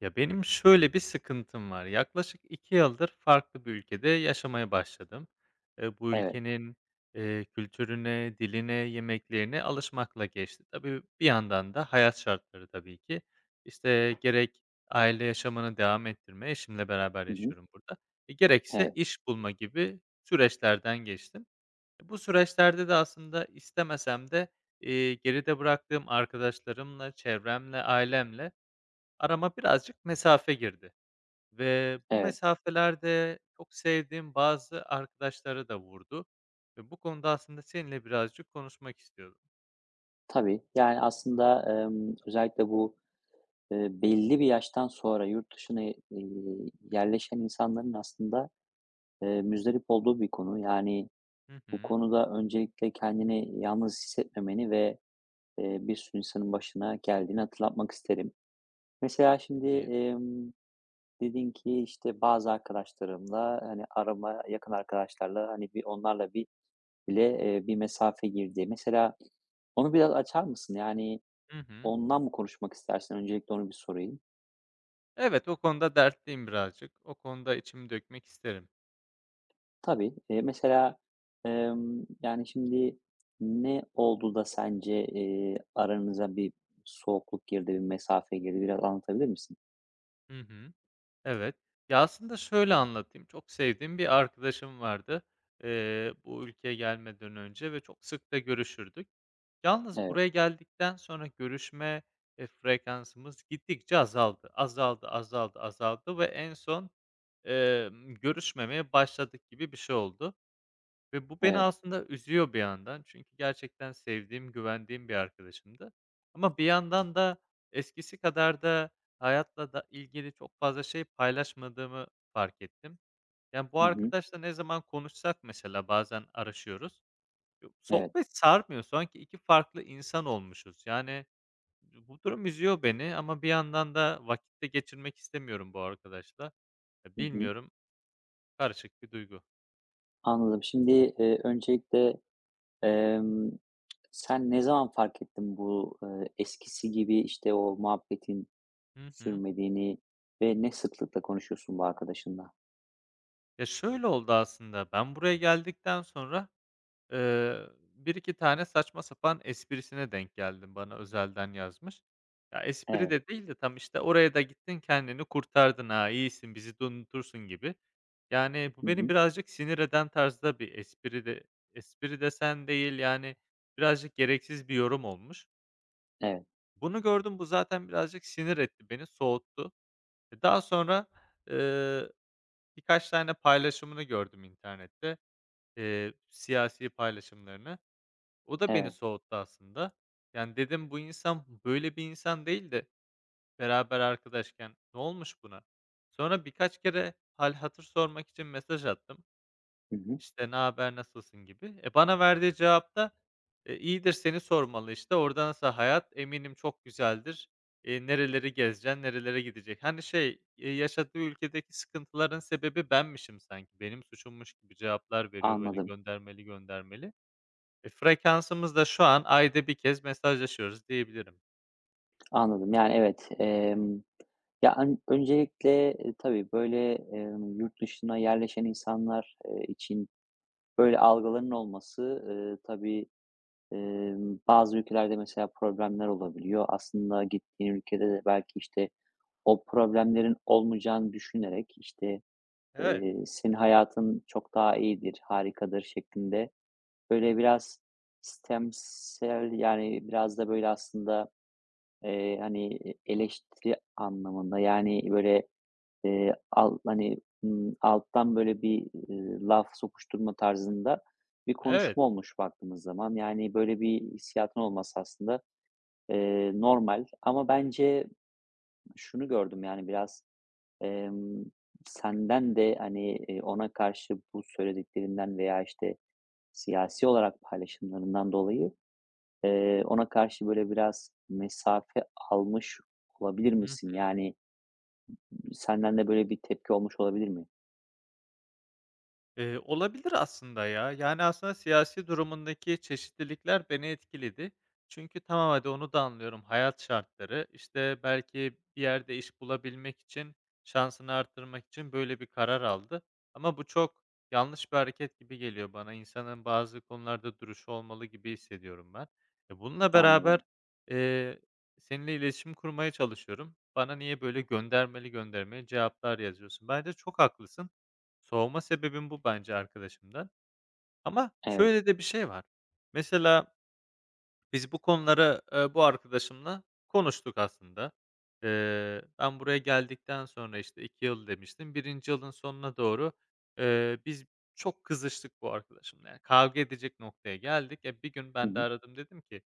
Ya, benim şöyle bir sıkıntım var. Yaklaşık 2 yıldır farklı bir ülkede yaşamaya başladım. Bu Evet. ülkenin, kültürüne, diline, yemeklerine alışmakla geçti. Tabii, bir yandan da hayat şartları tabii ki. İşte, gerek aile yaşamını devam ettirme, eşimle beraber Hı hı. yaşıyorum burada, gerekse Evet, iş bulma gibi süreçlerden geçtim. Bu süreçlerde de aslında istemesem de, geride bıraktığım arkadaşlarımla, çevremle, ailemle arama birazcık mesafe girdi ve bu evet. mesafelerde çok sevdiğim bazı arkadaşlara da vurdu ve bu konuda aslında seninle birazcık konuşmak istiyordum. Tabii. Yani, aslında, özellikle bu, belli bir yaştan sonra yurt dışına, yerleşen insanların aslında, muzdarip olduğu bir konu. Yani, Hı bu hı. konuda öncelikle kendini yalnız hissetmemeni ve, bir sürü insanın başına geldiğini hatırlatmak isterim. Mesela şimdi, Peki. Dedin ki, işte, bazı arkadaşlarımla, hani, arama yakın arkadaşlarla, hani, onlarla bir mesafe girdi. Mesela onu biraz açar mısın? Yani, Hı hı. ondan mı konuşmak istersin? Öncelikle onu bir sorayım. Evet, o konuda dertliyim birazcık. O konuda içimi dökmek isterim. Tabii. Mesela, yani, şimdi ne oldu da sence, aranıza bir soğukluk girdi, bir mesafe girdi? Biraz anlatabilir misin? Hı hı. Evet. Ya, aslında şöyle anlatayım, çok sevdiğim bir arkadaşım vardı, bu ülkeye gelmeden önce ve çok sık da görüşürdük. Yalnız Evet, buraya geldikten sonra görüşme, frekansımız gittikçe azaldı. Azaldı, azaldı, azaldı ve en son, görüşmemeye başladık gibi bir şey oldu ve bu beni evet. aslında üzüyor bir yandan. Çünkü gerçekten sevdiğim, güvendiğim bir arkadaşımdı. Ama bir yandan da eskisi kadar da hayatla da ilgili çok fazla şey paylaşmadığımı fark ettim. Yani, bu Hı hı. arkadaşla ne zaman konuşsak mesela bazen araşıyoruz. Yok, Evet. sohbet sarmıyor. Sanki 2 farklı insan olmuşuz. Yani, bu durum üzüyor beni ama bir yandan da vakit de geçirmek istemiyorum bu arkadaşla. Ya, Hı hı. bilmiyorum, karışık bir duygu. Anladım. Şimdi, öncelikle, emm, sen ne zaman fark ettin bu, eskisi gibi, işte, o muhabbetin Hı hı. sürmediğini ve ne sıklıkla konuşuyorsun bu arkadaşınla? Ya, şöyle oldu aslında, ben buraya geldikten sonra Eee, 1-2 tane saçma sapan esprisine denk geldim, bana özelden yazmış. Ya, espri Evet. de değil de tam, işte, "Oraya da gittin, kendini kurtardın ha, iyisin, bizi de unutursun." gibi. Yani, bu Hı beni hı. birazcık sinir eden tarzda bir espri desen değil, yani, birazcık gereksiz bir yorum olmuş. Evet, Bunu gördüm, bu zaten birazcık sinir etti beni, soğuttu. Daha sonra, eee, birkaç tane paylaşımını gördüm internette, siyasi paylaşımlarını. O da beni evet. soğuttu aslında. Yani dedim, bu insan böyle bir insan değil de beraber arkadaşken ne olmuş buna? Sonra birkaç kere hal hatır sormak için mesaj attım. Hı hı. İşte ne haber, nasılsın gibi. E, bana verdiği cevapta iyidir, seni sormalı, işte orada nasıl hayat, eminim çok güzeldir. E, nereleri gezeceksin, nerelere gidecek. Hani yaşadığı ülkedeki sıkıntıların sebebi benmişim, sanki benim suçummuş gibi cevaplar veriyor, böyle Anladım, göndermeli göndermeli. E, frekansımız da şu an ayda bir kez mesajlaşıyoruz diyebilirim. anladım. Yani, evet, ya, öncelikle, tabii, böyle, yurt dışına yerleşen insanlar, için böyle algıların olması, tabii, bazı ülkelerde mesela problemler olabiliyor. Aslında gittiğin ülkede de belki, işte, o problemlerin olmayacağını düşünerek, işte, Evet, senin hayatın çok daha iyidir, harikadır şeklinde, böyle biraz sistemsel, yani, biraz da, böyle, aslında, hani, eleştiri anlamında, yani, böyle, al hani, alttan, böyle, bir, laf sokuşturma tarzında bir evet. konuşma olmuş baktığımız zaman. Yani, böyle bir hissiyatın olması aslında, normal ama bence şunu gördüm, yani, biraz, emm, senden de, hani, ona karşı bu söylediklerinden veya, işte, siyasi olarak paylaşımlarından dolayı ona karşı böyle biraz mesafe almış olabilir Hı. misin? Yani, senden de böyle bir tepki olmuş olabilir mi? Olabilir aslında ya. Yani, aslında siyasi durumundaki çeşitlilikler beni etkiledi. Çünkü tamam, hadi onu da anlıyorum, hayat şartları, işte, belki bir yerde iş bulabilmek için, şansını artırmak için böyle bir karar aldı ama bu çok yanlış bir hareket gibi geliyor bana. İnsanın bazı konularda duruşu olmalı gibi hissediyorum ben. E, bununla beraber, Anladım. eee, seninle iletişim kurmaya çalışıyorum. Bana niye böyle göndermeli göndermeli cevaplar yazıyorsun? Bence çok haklısın. Soğuma sebebim bu bence arkadaşımdan. Ama Evet. şöyle de bir şey var. Mesela biz bu konuları, bu arkadaşımla konuştuk aslında. Ben buraya geldikten sonra, işte, 2 yıl demiştim. Birinci yılın sonuna doğru, biz çok kızıştık bu arkadaşımla. Yani kavga edecek noktaya geldik. E, bir gün Hı ben de hı. aradım, dedim ki,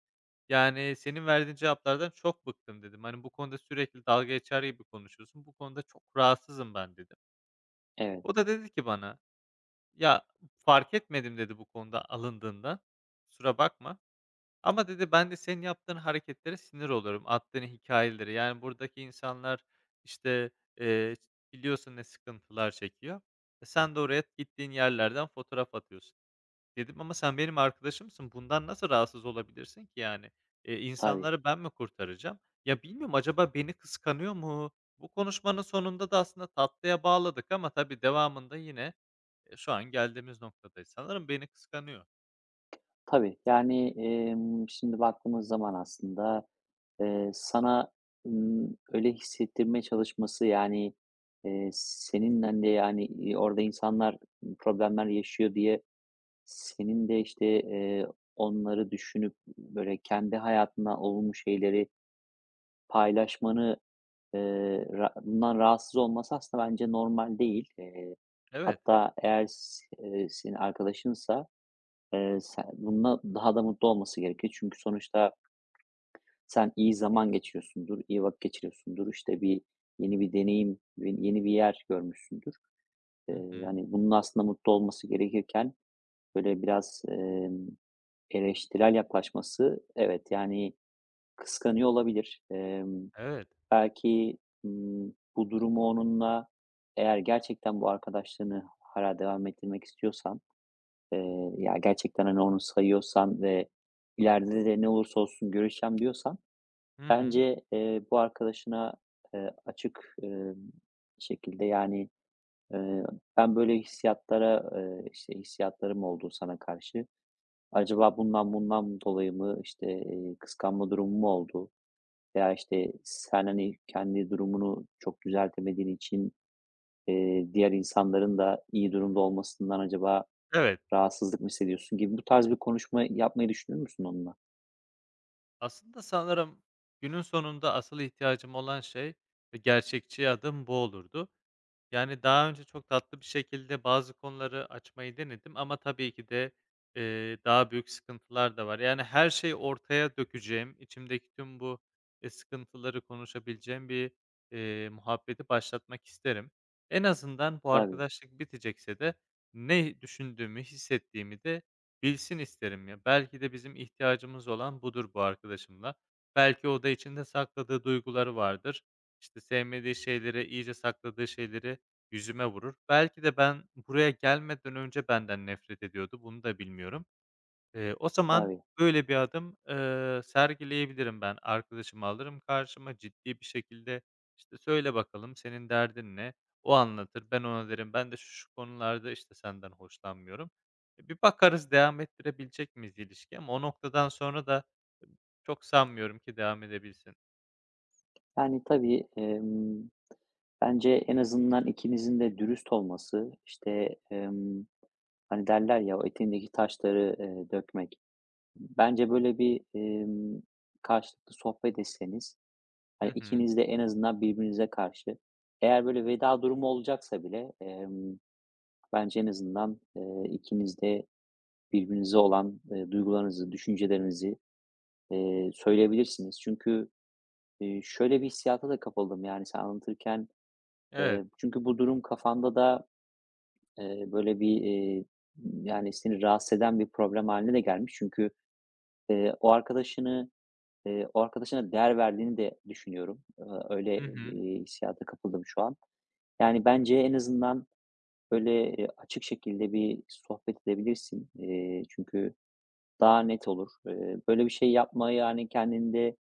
"Yani senin verdiğin cevaplardan çok bıktım." dedim. "Hani bu konuda sürekli dalga geçer gibi konuşuyorsun. Bu konuda çok rahatsızım ben." dedim. Evet. O da dedi ki bana, "Ya, fark etmedim." dedi bu konuda alındığından. "Kusura bakma ama" dedi, "ben de senin yaptığın hareketlere sinir oluyorum, attığın hikâyelere." Yani buradaki insanlar, işte, eee, biliyorsun ne sıkıntılar çekiyor. E, sen de oraya gittiğin yerlerden fotoğraf atıyorsun. Dedim, "Ama sen benim arkadaşımsın. Bundan nasıl rahatsız olabilirsin ki yani? Tabii. İnsanları ben mi kurtaracağım?" Ya, bilmiyorum, acaba beni kıskanıyor mu? Bu konuşmanın sonunda da aslında tatlıya bağladık ama tabii devamında yine şu an geldiğimiz noktadayız. Sanırım beni kıskanıyor. Tabii. Yani, şimdi baktığımız zaman aslında, sana, öyle hissettirmeye çalışması, yani, seninle de, yani, orada insanlar problemler yaşıyor diye senin de, işte, onları düşünüp böyle kendi hayatından olumlu şeyleri paylaşmanı ra bundan rahatsız olması aslında bence normal değil. Evet. Hatta eğer s senin arkadaşınsa, sen bununla daha da mutlu olması gerekir. Çünkü sonuçta sen iyi zaman geçiriyorsundur, iyi vakit geçiriyorsundur, işte, bir yeni bir deneyim, yeni bir yer görmüşsündür. Eee, Hı hı. yani, bunun aslında mutlu olması gerekirken, böyle, biraz, eleştirel yaklaşması, evet, yani, kıskanıyor olabilir. Evet. Belki, bu durumu onunla eğer gerçekten bu arkadaşlığını hâlâ devam ettirmek istiyorsan, ya, gerçekten, hani, onu sayıyorsan ve ileride de ne olursa olsun görüşeceğim diyorsan Hı hı. bence, bu arkadaşına, açık, şekilde, yani, eee, "Ben böyle hissiyatlara, işte, hissiyatlarım oldu sana karşı. Acaba bundan dolayı mı, işte, kıskanma durumu mu oldu? Veya, işte, sen, hani, kendi durumunu çok düzeltemediğin için, diğer insanların da iyi durumda olmasından acaba Evet. rahatsızlık mı hissediyorsun gibi bu tarz bir konuşma yapmayı düşünür müsün onunla?" Aslında sanırım günün sonunda asıl ihtiyacım olan şey ve gerçekçi adım bu olurdu. Yani, daha önce çok tatlı bir şekilde bazı konuları açmayı denedim ama tabii ki de, daha büyük sıkıntılar da var. Yani, her şeyi ortaya dökeceğim, içimdeki tüm bu, sıkıntıları konuşabileceğim bir, muhabbeti başlatmak isterim. En azından bu Tabii, arkadaşlık bitecekse de ne düşündüğümü, hissettiğimi de bilsin isterim ya. Belki de bizim ihtiyacımız olan budur bu arkadaşımla. Belki o da içinde sakladığı duyguları vardır. İşte, sevmediği şeyleri, iyice sakladığı şeyleri yüzüme vurur. Belki de ben buraya gelmeden önce benden nefret ediyordu. Bunu da bilmiyorum. O zaman tabii. böyle bir adım, sergileyebilirim ben. Arkadaşımı alırım karşıma ciddi bir şekilde, işte, "Söyle bakalım senin derdin ne?" O anlatır. Ben ona derim, "Ben de şu şu konularda, işte, senden hoşlanmıyorum." E, bir bakarız devam ettirebilecek miyiz ilişki. Ama o noktadan sonra da e, çok sanmıyorum ki devam edebilsin. Yani, tabii, bence en azından ikinizin de dürüst olması, işte, hani, derler ya, "O etindeki taşları, dökmek." Bence böyle bir, karşılıklı sohbet etseniz, Hı hani, hı. ikiniz de en azından birbirinize karşı eğer böyle veda durumu olacaksa bile, bence en azından, ikiniz de birbirinize olan, duygularınızı, düşüncelerinizi, söyleyebilirsiniz. Çünkü, şöyle bir hissiyata da kapıldım, yani, sen anlatırken, Evet. Çünkü bu durum kafanda da, böyle bir, yani, seni rahatsız eden bir problem haline de gelmiş. Çünkü, eee, o arkadaşını, o arkadaşına değer verdiğini de düşünüyorum. Öyle Hı hı. bir hissiyata kapıldım şu an. Yani, bence en azından, böyle, açık şekilde bir sohbet edebilirsin. Çünkü daha net olur. Böyle bir şey yapmayı, yani kendinde,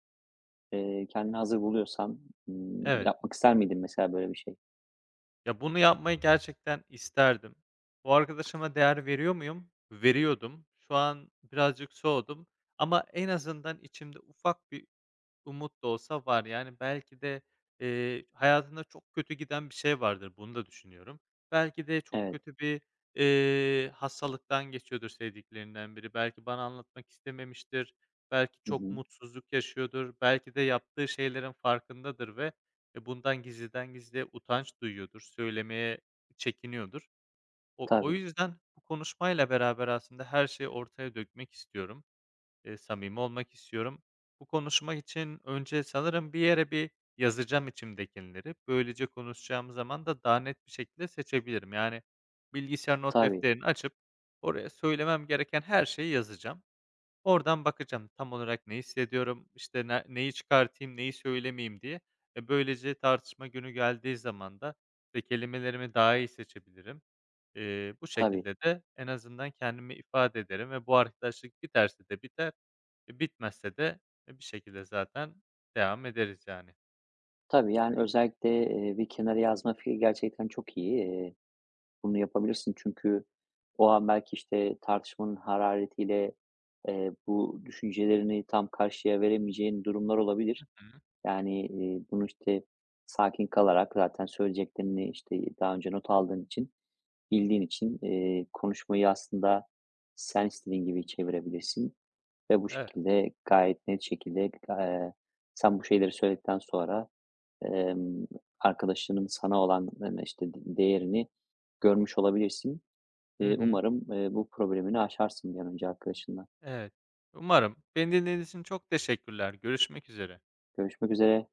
kendini hazır buluyorsan, Evet. yapmak ister miydin mesela böyle bir şey? Ya, bunu yapmayı gerçekten isterdim. Bu arkadaşıma değer veriyor muyum? Veriyordum. Şu an birazcık soğudum ama en azından içimde ufak bir umut da olsa var. Yani belki de, hayatında çok kötü giden bir şey vardır, bunu da düşünüyorum. Belki de çok Evet. kötü bir, hastalıktan geçiyordur sevdiklerinden biri. Belki bana anlatmak istememiştir. Belki Hı çok hı. mutsuzluk yaşıyordur. Belki de yaptığı şeylerin farkındadır ve, bundan gizliden gizliye utanç duyuyordur. Söylemeye çekiniyordur. O Tabii, yüzden bu konuşmayla beraber aslında her şeyi ortaya dökmek istiyorum. Samimi olmak istiyorum. Bu konuşmak için önce sanırım bir yere bir yazacağım içimdekileri. Böylece konuşacağım zaman da daha net bir şekilde seçebilirim. Yani, bilgisayar not tabii, defterini açıp oraya söylemem gereken her şeyi yazacağım. Oradan bakacağım tam olarak ne hissediyorum, işte, ne neyi çıkartayım, neyi söylemeyeyim diye. E, böylece tartışma günü geldiği zaman da, işte, kelimelerimi daha iyi seçebilirim. Bu tabii, şekilde de en azından kendimi ifade ederim ve bu arkadaşlık biterse de biter, bitmezse de, bir şekilde zaten devam ederiz yani. tabii. Yani, özellikle, bir kenara yazma fikri gerçekten çok iyi. Bunu yapabilirsin çünkü o an belki, işte, tartışmanın hararetiyle, bu düşüncelerini tam karşıya veremeyeceğin durumlar olabilir. Hı hı. Yani, bunu, işte, sakin kalarak zaten söyleyeceklerini, işte, daha önce not aldığın için, bildiğin için, konuşmayı aslında sen istediğin gibi çevirebilirsin ve bu Evet. şekilde gayet net şekilde, sen bu şeyleri söyledikten sonra, emm, arkadaşının sana olan, hani, işte, değerini görmüş olabilirsin. Hı hı. Umarım, bu problemini aşarsın bir an önce arkadaşınla. Evet. Umarım. Beni dinlediğiniz için çok teşekkürler. Görüşmek üzere. Görüşmek üzere.